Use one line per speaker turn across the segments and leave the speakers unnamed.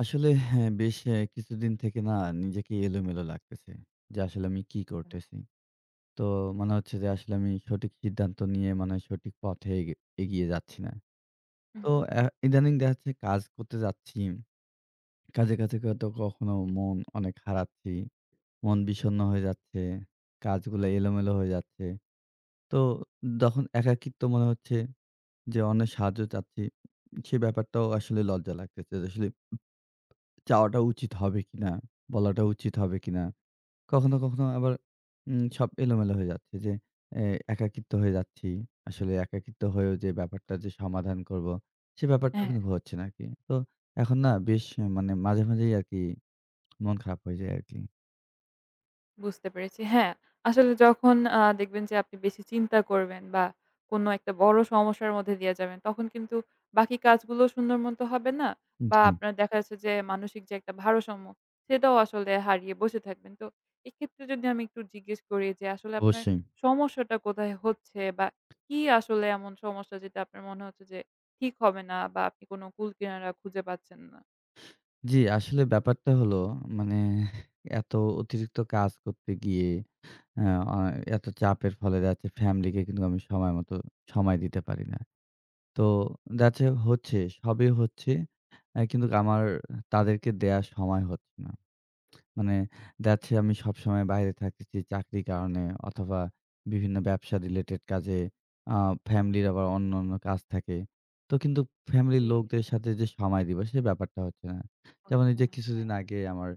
আসলে হ্যাঁ, বেশ কিছুদিন থেকে না নিজেকে এলোমেলো লাগতেছে। যে আসলে আমি কি করতেছি? তো মনে হচ্ছে যে আসলে আমি সঠিক সিদ্ধান্ত নিয়ে মানে সঠিক পথে এগিয়ে যাচ্ছি না।
হুম,
তো ইদানিং দেখা যাচ্ছে কাজ করতে যাচ্ছি। কাজে, কাজে হয়তো কখনো মন অনেক হারাচ্ছি। মন বিষণ্ণ হয়ে যাচ্ছে।
জি।
কাজগুলা এলোমেলো হয়ে যাচ্ছে। তো যখন একাকিত্ব মনে হচ্ছে যে অন্যের সাহায্য চাচ্ছি, সে ব্যাপারটাও আসলে লজ্জা লাগতেছে। যে আসলে চাওয়াটা উচিত হবে কিনা? বলাটা উচিত হবে কিনা? কখনো, কখনো আবার সব এলোমেলো হয়ে যাচ্ছে যে এ একাকিত্ব হয়ে যাচ্ছি। আসলে একাকিত্ব হয়েও যে ব্যাপারটা যে সমাধান করব, সে ব্যাপারটাও
হ্যাঁ,
কিন্তু হচ্ছে না আরকি। তো এখন না বেশ মানে মাঝে, মাঝেই আরকি মন খারাপ হয়ে যায় আরকি।
বুঝতে পেরেছি। হ্যাঁ, আসলে যখন দেখবেন যে আপনি বেশি চিন্তা করবেন বা কোনো একটা বড় সমস্যার মধ্যে দিয়ে যাবেন, তখন কিন্তু বাকি কাজগুলো সুন্দর মতো হবে না বা
জি,
আপনার দেখা যাচ্ছে যে মানসিক যে একটা ভারসাম্য, সেটাও আসলে হারিয়ে বসে থাকবেন। তো এক্ষেত্রে যদি আমি একটু জিজ্ঞেস করি যে আসলে আপনার
অবশ্যই।
সমস্যাটা কোথায় হচ্ছে বা কি আসলে এমন সমস্যা যেটা আপনার মনে হচ্ছে যে ঠিক হবে না বা আপনি কোনো কুল কিনারা খুঁজে পাচ্ছেন না?
জি, আসলে ব্যাপারটা হলো মানে এত অতিরিক্ত কাজ করতে গিয়ে আ অ এত চাপের ফলে দেখা যাচ্ছে ফ্যামিলিকে কিন্তু আমি সময় মতো সময় দিতে পারি না। তো যাচ্ছে হচ্ছে, সবই হচ্ছে। কিন্তু আমার তাদেরকে দেয়ার সময় হচ্ছে না। মানে যাচ্ছে আমি সবসময় বাইরে থাকতেছি চাকরির কারণে অথবা বিভিন্ন ব্যবসা রিলেটেড কাজে। আ ফ্যামিলির আবার অন্যান্য কাজ থাকে। তো কিন্তু ফ্যামিলির
জি,
লোকদের সাথে যে সময় দিব সে ব্যাপারটা হচ্ছে না। যেমন এই
হচ্ছে
যে
না।
কিছুদিন আগে আমার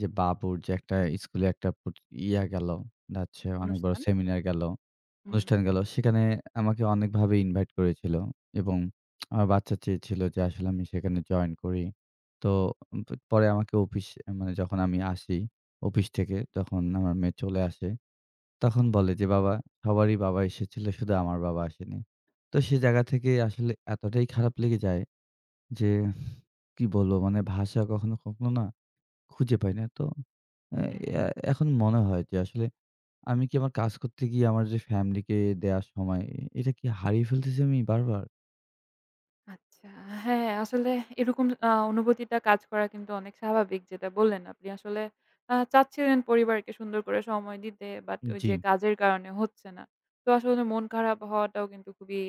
যে বাবুর যে একটা স্কুলে একটা প্রত ইয়া গেল, যাচ্ছে অনেক বড়
অনুষ্ঠান?
সেমিনার গেল।
হুম।
অনুষ্ঠান গেল। সেখানে আমাকে অনেকভাবে ইনভাইট করেছিল এবং আমার বাচ্চা চেয়েছিল যে আসলে আমি সেখানে জয়েন করি। তো উম, প পরে আমাকে অফিস মানে যখন আমি আসি অফিস থেকে তখন আমার মেয়ে চলে আসে। তখন বলে যে, "বাবা সবারই বাবা এসেছিল শুধু আমার বাবা আসেনি।" তো সে জায়গা থেকে আসলে এতটাই খারাপ লেগে যায় যে কি বলবো মানে ভাষা কখনো, কখনো না খুঁজে পাই না। তো আহ,
হ্যাঁ,
এ এখন মনে হয় যে আসলে আমি কি আমার কাজ করতে গিয়ে আমার যে ফ্যামিলিকে দেয়ার সময়, এটা কি হারিয়ে ফেলতেছি আমি বারবার?
আচ্ছা। হ্যাঁ, আসলে এরকম অনুভূতিটা কাজ করা কিন্তু অনেক স্বাভাবিক, যেটা বললেন আপনি আসলে চাচ্ছিলেন পরিবারকে সুন্দর করে সময় দিতে, বাট ওই
জি,
যে কাজের কারণে হচ্ছে না। তো আসলে মন খারাপ হওয়াটাও কিন্তু খুবই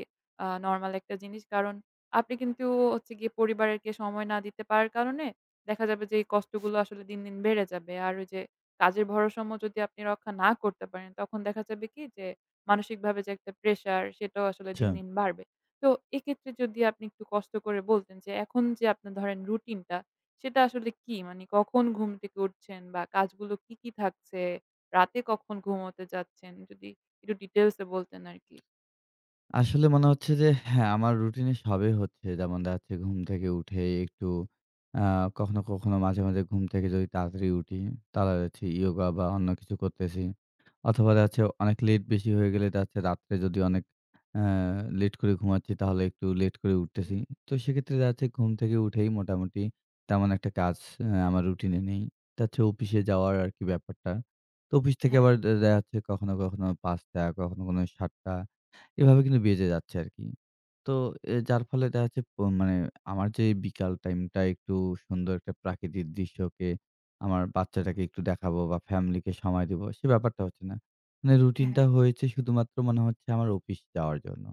নরমাল একটা জিনিস। কারণ আপনি কিন্তু হচ্ছে গিয়ে পরিবারকে সময় না দিতে পারার কারণে দেখা যাবে যে এই কষ্টগুলো আসলে দিন, দিন বেড়ে যাবে। আর ওই যে কাজের ভারসাম্য যদি আপনি রক্ষা না করতে পারেন, তখন দেখা যাবে কি যে মানসিকভাবে যে একটা প্রেশার, সেটাও আসলে
আচ্ছা।
দিন, দিন বাড়বে। তো এক্ষেত্রে যদি আপনি একটু কষ্ট করে বলতেন যে এখন যে আপনার ধরেন রুটিনটা সেটা আসলে কি? মানে কখন ঘুম থেকে উঠছেন বা কাজগুলো কি, কি থাকছে? রাতে কখন ঘুমোতে যাচ্ছেন? যদি একটু ডিটেইলস এ বলতেন আরকি।
আসলে মনে হচ্ছে যে হ্যাঁ, আমার রুটিনে সবই হচ্ছে। যেমন দেখা যাচ্ছে ঘুম থেকে উঠে একটু আ কখনো, কখনো মাঝে, মাঝে ঘুম থেকে যদি তাড়াতাড়ি উঠি, তাহলে হচ্ছে ইয়োগা বা অন্য কিছু করতেছি। অথবা দেখা যাচ্ছে অনেক লেট বেশি হয়ে গেলে দেখা যাচ্ছে রাত্রে যদি অনেক আ লেট করে ঘুমাচ্ছি তাহলে একটু লেট করে
হুম।
উঠতেছি। তো সেক্ষেত্রে দেখা যাচ্ছে ঘুম থেকে উঠেই মোটামুটি তেমন একটা কাজ আমার রুটিনে নেই। তা হচ্ছে অফিসে যাওয়ার আরকি ব্যাপারটা। তো অফিস থেকে
হ্যাঁ,
আবার দেখা যাচ্ছে কখনো, কখনো ৫ঃ০০ কখনো, কখনো ৭ঃ০০ এভাবে কিন্তু বেঁচে যাচ্ছে আরকি। তো যার ফলে দেখা যাচ্ছে মানে আমার যে বিকাল টাইমটা একটু সুন্দর একটা প্রাকৃতিক দৃশ্যকে আমার
হুম,
বাচ্চাটাকে একটু দেখাবো বা ফ্যামিলিকে সময় দিব সে ব্যাপারটা হচ্ছে না। মানে
হ্যাঁ,
রুটিনটা হয়েছে শুধুমাত্র মনে হচ্ছে আমার অফিস যাওয়ার জন্য।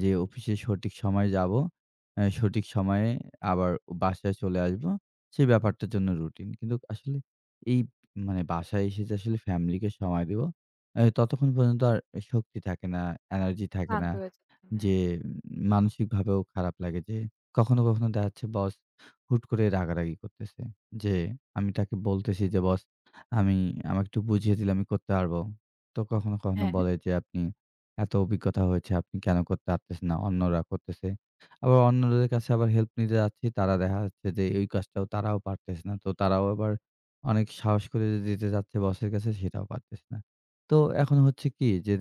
যে অফিসে সঠিক সময়ে যাবো, সঠিক সময়ে আবার বাসায় চলে আসবো। সেই ব্যাপারটার জন্য রুটিন। কিন্তু আসলে এই মানে বাসায় এসে যে আসলে ফ্যামিলিকে সময় দিব এ ততক্ষণ পর্যন্ত আর শক্তি থাকে না, এনার্জি থাকে না।
ক্লান্ত হয়ে
যে
যাচ্ছেন।
উম মানসিকভাবেও খারাপ লাগে যে কখনো, কখনো দেখা যাচ্ছে বস হুট করে রাগারাগি করতেছে। যে আমি তাকে বলতেছি যে, "বস আমি আমাকে একটু বুঝিয়ে দিলে আমি করতে পারবো।" তো কখনো, কখনো
হ্যাঁ, হ্যাঁ,
বলে যে, "আপনি এত অভিজ্ঞতা হয়েছে আপনি কেন করতে পারতেছেন না? অন্যরা করতেছে।" আবার অন্যদের কাছে আবার হেল্প নিতে যাচ্ছি তারা দেখা যাচ্ছে যে এই কাজটাও তারাও পারতেছে না। তো তারাও আবার অনেক সাহস করে যে দিতে যাচ্ছে বসের কাছে সেটাও পারতেছে না। তো এখন হচ্ছে কি যে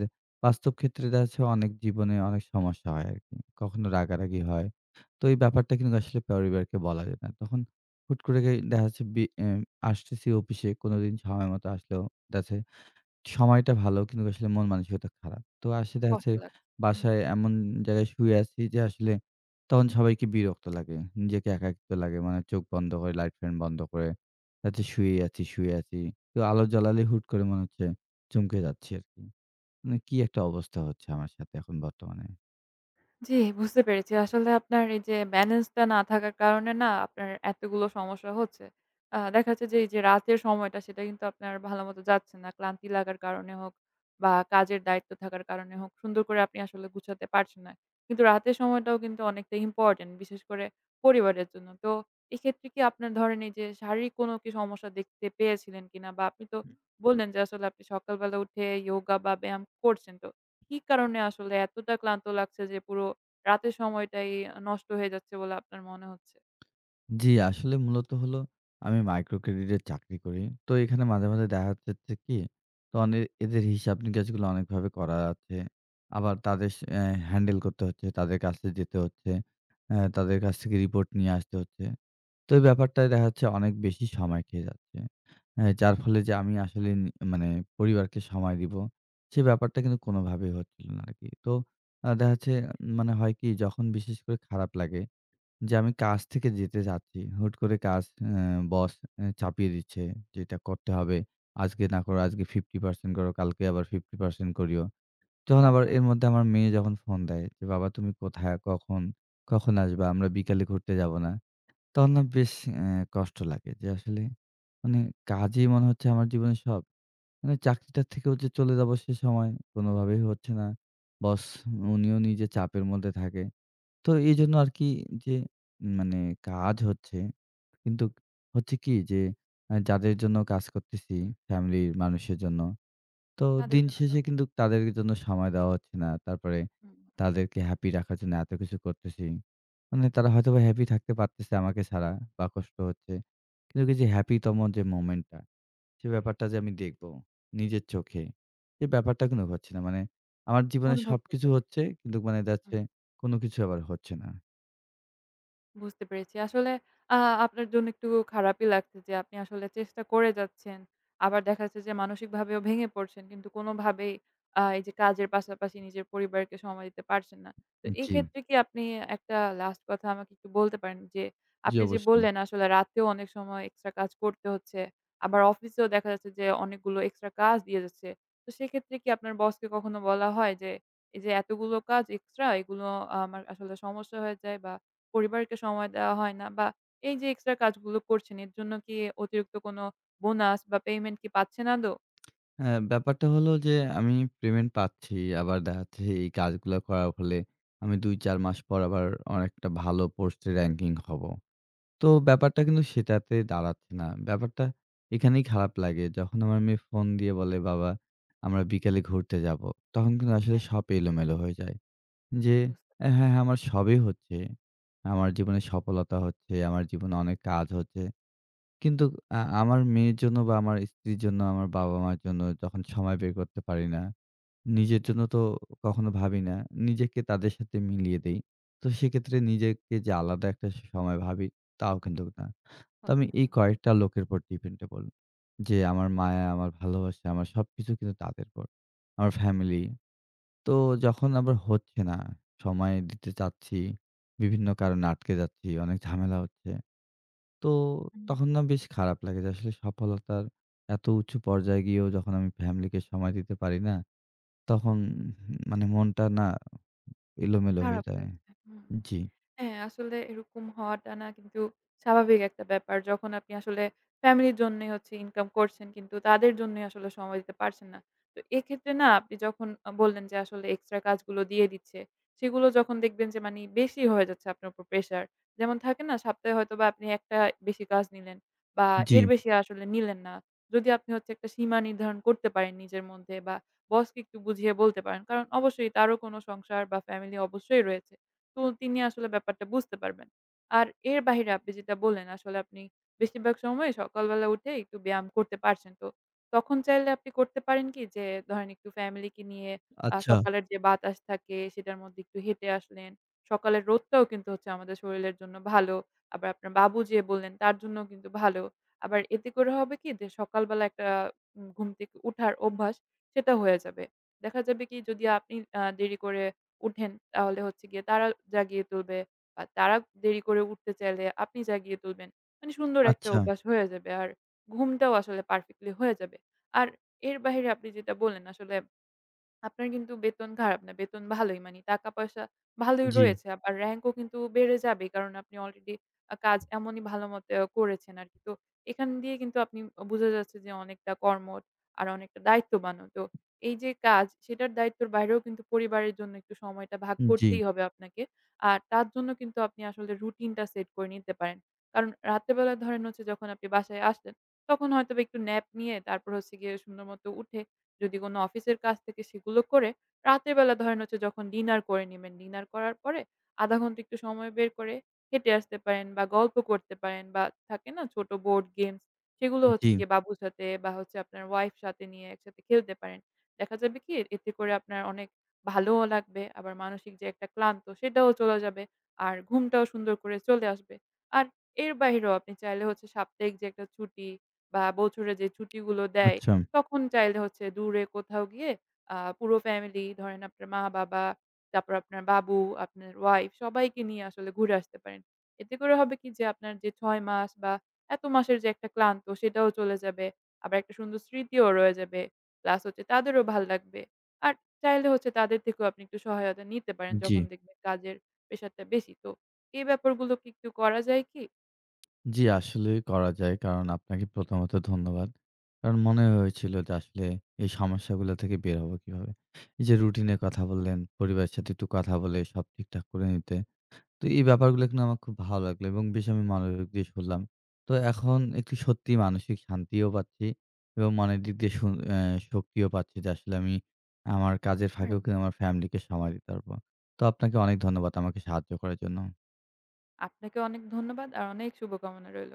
বাস্তব ক্ষেত্রে দেখা যাচ্ছে অনেক জীবনে অনেক সমস্যা হয় আরকি। কখনো রাগারাগি হয়। তো এই ব্যাপারটা কিন্তু আসলে পরিবারকে বলা যায় না। তখন হুট করে দেখা যাচ্ছে বি এ আসতেছি অফিসে কোনোদিন সময় মতো আসলেও দেখা যাচ্ছে সময়টা ভালো কিন্তু আসলে মন মানসিকতা খারাপ। তো আসে দেখা যাচ্ছে
কষ্ট লাগছে। হুম।
বাসায় এমন জায়গায় শুয়ে আছি যে আসলে তখন সবাইকে বিরক্ত লাগে। নিজেকে একাকিত্ব লাগে। মানে চোখ বন্ধ করে লাইট ফ্যান বন্ধ করে দেখা যাচ্ছে শুয়েই আছি, শুয়ে আছি। কেউ আলো জ্বালালে হুট করে মনে হচ্ছে চমকে যাচ্ছি আরকি। মানে কি একটা অবস্থা হচ্ছে আমার সাথে এখন বর্তমানে।
জি, বুঝতে পেরেছি। আসলে আপনার এই যে ব্যালেন্সটা না থাকার কারণে না আপনার এতগুলো সমস্যা হচ্ছে। দেখা যাচ্ছে যে এই যে রাতের সময়টা সেটা কিন্তু আপনার ভালোমতো যাচ্ছে না। ক্লান্তি লাগার কারণে হোক বা কাজের দায়িত্ব থাকার কারণে হোক, সুন্দর করে আপনি আসলে গুছাতে পারছেন না। কিন্তু রাতের সময়টাও কিন্তু অনেকটা ইম্পোর্টেন্ট, বিশেষ করে পরিবারের জন্য। তো এক্ষেত্রে কি আপনার ধরেন এই যে শারীরিক কোনো কি সমস্যা দেখতে পেয়েছিলেন কিনা? বা আপনি তো বললেন যে আসলে আপনি সকালবেলা উঠে ইয়োগা বা ব্যায়াম করছেন। তো কি কারণে আসলে এতটা ক্লান্ত লাগছে যে পুরো রাতের সময়টাই নষ্ট হয়ে যাচ্ছে বলে আপনার মনে হচ্ছে।
জি, আসলে মূলত হলো আমি মাইক্রো ক্রেডিটের চাকরি করি। তো এখানে মাঝে, মাঝে দেখা যাচ্ছে কি তো এদের হিসাব নিকাশগুলো অনেকভাবে করা আছে। আবার তাদের সে হ্যান্ডেল করতে হচ্ছে, তাদের কাছে যেতে হচ্ছে, তাদের কাছ থেকে রিপোর্ট নিয়ে আসতে হচ্ছে। তো এই ব্যাপারটায় দেখা যাচ্ছে অনেক বেশি সময় খেয়ে যাচ্ছে। হ্যাঁ, যার ফলে যে আমি আসলে মানে পরিবারকে সময় দিব, সে ব্যাপারটা কিন্তু কোনোভাবেই হচ্ছিল না আরকি। তো দেখা যাচ্ছে মানে হয় কি যখন বিশেষ করে খারাপ লাগে যে আমি কাজ থেকে যেতে চাচ্ছি, হুট করে কাজ অ্যা বস চাপিয়ে দিচ্ছে যে, "এটা করতে হবে। আজকে না করো, আজকে 50% করো, কালকে আবার 50% করিও।" তখন আবার
তারপর?
এর মধ্যে আমার মেয়ে যখন ফোন দেয় যে, "বাবা তুমি কোথায়? কখন? কখন আসবা? আমরা বিকালে ঘুরতে যাব না?" তখন না বেশ অ্যা কষ্ট লাগে যে আসলে মানে কাজই মনে হচ্ছে আমার জীবনের সব। মানে চাকরিটার থেকেও যে চলে যাবো সে সময় কোনোভাবেই হচ্ছে না। বস উনিও নিজে চাপের মধ্যে থাকে। তো এইজন্য আরকি যে মানে কাজ হচ্ছে কিন্তু হচ্ছে কি যে যাদের জন্য কাজ করতেছি ফ্যামিলির মানুষের জন্য তো
তাদের
দিন
জন্য সব
শেষে কিন্তু তাদের জন্য সময় দেওয়া হচ্ছে না। তারপরে
হুম,
তাদেরকে হ্যাপি রাখার জন্য এত কিছু করতেছি। মানে তারা হয়তোবা হ্যাপি থাকতে পারতেছে আমাকে ছাড়া বা কষ্ট হচ্ছে। কিন্তু এই যে হ্যাপি তম যে মোমেন্টটা, সে ব্যাপারটা যে আমি দেখবো নিজের চোখে, সে ব্যাপারটা কিন্তু হচ্ছে না। মানে আমার জীবনে
অনুভব
সবকিছু
করতে
হচ্ছে
পারছেন।
কিন্তু মানে দেখা
হুম।
যাচ্ছে কোনো কিছু আবার হচ্ছে না।
বুঝতে পেরেছি। আসলে আ আপনার জন্য একটু খারাপই লাগছে যে আপনি আসলে চেষ্টা করে যাচ্ছেন। আবার দেখা যাচ্ছে যে মানসিকভাবেও ভেঙে পড়ছেন। কিন্তু কোনোভাবেই এই যে কাজের পাশাপাশি নিজের পরিবারকে সময় দিতে পারছেন না। তো এই
জি,
ক্ষেত্রে কি আপনি একটা লাস্ট কথা আমাকে একটু বলতে পারেন যে
জি
আপনি যে
অবশ্যই।
বললেন আসলে রাতেও অনেক সময় এক্সট্রা কাজ করতে হচ্ছে। আবার অফিসেও দেখা যাচ্ছে যে অনেকগুলো এক্সট্রা কাজ দিয়ে যাচ্ছে। তো সেক্ষেত্রে কি আপনার বসকে কখনো বলা হয় যে এই যে এতগুলো কাজ এক্সট্রা এগুলো আমার আসলে সমস্যা হয়ে যায় বা পরিবারকে সময় দেওয়া হয় না, বা এই যে এক্সট্রা কাজগুলো করছেন এর জন্য কি অতিরিক্ত কোনো বোনাস বা পেমেন্ট কি পাচ্ছেন আদৌ?
হ্যাঁ, ব্যাপারটা হলো যে আমি পেমেন্ট পাচ্ছি। আবার দেখা যাচ্ছে এই কাজগুলা করার ফলে আমি ২-৪ মাস পর আবার অনেকটা ভালো পোস্টে র‍্যাংকিং হবো। তো
আচ্ছা,
ব্যাপারটা কিন্তু সেটাতে দাঁড়াচ্ছে না। ব্যাপারটা এখানেই খারাপ লাগে। যখন আমার মেয়ে ফোন দিয়ে বলে, "বাবা আমরা বিকালে ঘুরতে যাবো।" তখন কিন্তু আসলে
হ্যাঁ।
সব এলোমেলো হয়ে যায়। যে
বুঝতে
হ্যাঁ, হ্যাঁ
পারছি।
আমার সবই হচ্ছে। আমার জীবনে সফলতা হচ্ছে, আমার জীবনে অনেক কাজ হচ্ছে। কিন্তু আমার মেয়ের জন্য বা আমার স্ত্রীর জন্য, আমার বাবা-মার জন্য যখন সময় বের করতে পারি না, নিজের জন্য তো কখনো ভাবি না। নিজেকে তাদের সাথে মিলিয়ে দেই। তো সেক্ষেত্রে নিজেকে যে আলাদা একটা সময় ভাবি, তাও কিন্তু না। তো আমি
হচ্ছে
এই
না।
কয়েকটা লোকের উপর ডিপেন্ডেবল। যে আমার মায়া, আমার ভালোবাসা, আমার সবকিছু কিন্তু তাদের উপর। আমার ফ্যামিলি। তো যখন আবার হচ্ছে না, সময় দিতে চাচ্ছি, বিভিন্ন কারণে আটকে যাচ্ছি, অনেক ঝামেলা হচ্ছে। তো
হুম।
তখন না বেশ খারাপ লাগে যে আসলে সফলতার এত উঁচু পর্যায়ে গিয়েও যখন আমি ফ্যামিলিকে সময় দিতে পারি না, তখন মানে মনটা না এলোমেলো হয়ে
খারাপ
যায়।
লাগছে। হুম।
জি,
হ্যাঁ, আসলে এরকম হওয়াটা না কিন্তু স্বাভাবিক একটা ব্যাপার। যখন আপনি আসলে ফ্যামিলির জন্যই হচ্ছে ইনকাম করছেন কিন্তু তাদের জন্যই আসলে সময় দিতে পারছেন না। তো এক্ষেত্রে না আপনি যখন বললেন যে আসলে এক্সট্রা কাজগুলো দিয়ে দিচ্ছে, সেগুলো যখন দেখবেন যে মানি বেশি হয়ে যাচ্ছে আপনার উপর প্রেশার। যেমন থাকে না, সপ্তাহে হয়তোবা আপনি একটা বেশি কাজ নিলেন বা
জি।
এর বেশি আসলে নিলেন না। যদি আপনি হচ্ছে একটা সীমা নির্ধারণ করতে পারেন নিজের মধ্যে বা বসকে একটু বুঝিয়ে বলতে পারেন। কারণ অবশ্যই তারও কোনো সংসার বা ফ্যামিলি অবশ্যই রয়েছে। তো তিনি আসলে ব্যাপারটা বুঝতে পারবেন। আর এর বাহিরে আপনি যেটা বললেন আসলে আপনি বেশিরভাগ সময় সকালবেলা উঠে একটু ব্যায়াম করতে পারছেন। তো তখন চাইলে আপনি করতে পারেন কি যে ধরেন একটু ফ্যামিলিকে নিয়ে
আচ্ছা,
সকালের যে বাতাস থাকে সেটার মধ্যে একটু হেঁটে আসলেন। সকালের রোদটাও কিন্তু হচ্ছে আমাদের শরীরের জন্য ভালো। আবার আপনার বাবু যে বললেন তার জন্যও কিন্তু ভালো। আবার এতে করে হবে কি যে সকালবেলা একটা ঘুম থেকে উঠার অভ্যাস সেটা হয়ে যাবে। দেখা যাবে কি যদি আপনি দেরি করে উঠেন, তাহলে হচ্ছে গিয়ে তারা জাগিয়ে তুলবে, বা তারা দেরি করে উঠতে চাইলে আপনি জাগিয়ে তুলবেন। মানে সুন্দর একটা
আচ্ছা।
অভ্যাস হয়ে যাবে। আর ঘুমটাও আসলে পারফেক্টলি হয়ে যাবে। আর এর বাহিরে আপনি যেটা বললেন আসলে আপনার কিন্তু বেতন খারাপ না। বেতন ভালোই। মানে টাকা-পয়সা ভালোই
জি,
রয়েছে। আবার র‍্যাংক ও কিন্তু বেড়ে যাবে। কারণ আপনি অলরেডি কাজ এমনই ভালো মতে করেছেন আরকি। তো এখান দিয়ে কিন্তু আপনি বোঝা যাচ্ছে যে অনেকটা কর্মঠ আর অনেকটা দায়িত্ববানও। তো এই যে কাজ সেটার দায়িত্বের বাইরেও কিন্তু পরিবারের জন্য একটু সময়টা ভাগ
জি,
করতেই হবে আপনাকে। আর তার জন্য কিন্তু আপনি আসলে রুটিনটা সেট করে নিতে পারেন। কারণ রাতের বেলা ধরেন হচ্ছে যখন আপনি বাসায় আসলেন, তখন হয়তোবা একটু ন্যাপ নিয়ে তারপর হচ্ছে গিয়ে সুন্দর মতো উঠে, যদি কোনো অফিসের কাজ থাকে সেগুলো করে, রাতের বেলা ধরেন হচ্ছে যখন ডিনার করে নিবেন, ডিনার করার পরে ০.৫ ঘন্টা একটু সময় বের করে হেঁটে আসতে পারেন বা গল্প করতে পারেন, বা থাকে না ছোট বোর্ড গেমস, সেগুলো
জি।
হচ্ছে গিয়ে বাবুর সাথে বা হচ্ছে আপনার ওয়াইফ সাথে নিয়ে একসাথে খেলতে পারেন। দেখা যাবে কি এতে করে আপনার অনেক ভালোও লাগবে, আবার মানসিক যে একটা ক্লান্ত সেটাও চলে যাবে। আর ঘুমটাও সুন্দর করে চলে আসবে। আর এর বাহিরেও আপনি চাইলে হচ্ছে সাপ্তাহিক যে একটা ছুটি বা বছরে যে ছুটিগুলো দেয়,
আচ্ছা।
তখন চাইলে হচ্ছে দূরে কোথাও গিয়ে পুরো ফ্যামিলি, ধরেন আপনার মা-বাবা, তারপর আপনার বাবু, আপনার ওয়াইফ, সবাইকে নিয়ে আসলে ঘুরে আসতে পারেন। এতে করে হবে কি যে আপনার যে ৬ মাস বা এত মাসের যে একটা ক্লান্ত সেটাও চলে যাবে। আবার একটা সুন্দর স্মৃতিও রয়ে যাবে। প্লাস হচ্ছে তাদেরও ভাল লাগবে। আর চাইলে হচ্ছে তাদের থেকেও আপনি একটু সহায়তা নিতে পারেন
জি,
যখন দেখবেন কাজের প্রেশারটা বেশি। তো এই ব্যাপারগুলো কি একটু করা যায় কি?
জি আসলে করা যায়। কারণ আপনাকে প্রথমত ধন্যবাদ। কারণ মনে হয়েছিল যে আসলে এই সমস্যাগুলো থেকে বের হবো কিভাবে। এই যে রুটিনের কথা বললেন, পরিবারের সাথে একটু কথা বলে সব ঠিকঠাক করে নিতে। তো এই ব্যাপারগুলো কিন্তু আমার খুব ভালো লাগলো এবং বেশ আমি মনোযোগ দিয়ে শুনলাম। তো এখন একটু সত্যিই মানসিক শান্তিও পাচ্ছি এবং মনের দিক দিয়ে সু অ্যা শক্তিও পাচ্ছি যে আসলে আমি আমার কাজের ফাঁকেও
পারব।
কিন্তু আমার ফ্যামিলিকে সময় দিতে পারবো। তো আপনাকে অনেক ধন্যবাদ আমাকে সাহায্য করার জন্য।
আপনাকে অনেক ধন্যবাদ আর অনেক শুভকামনা রইল।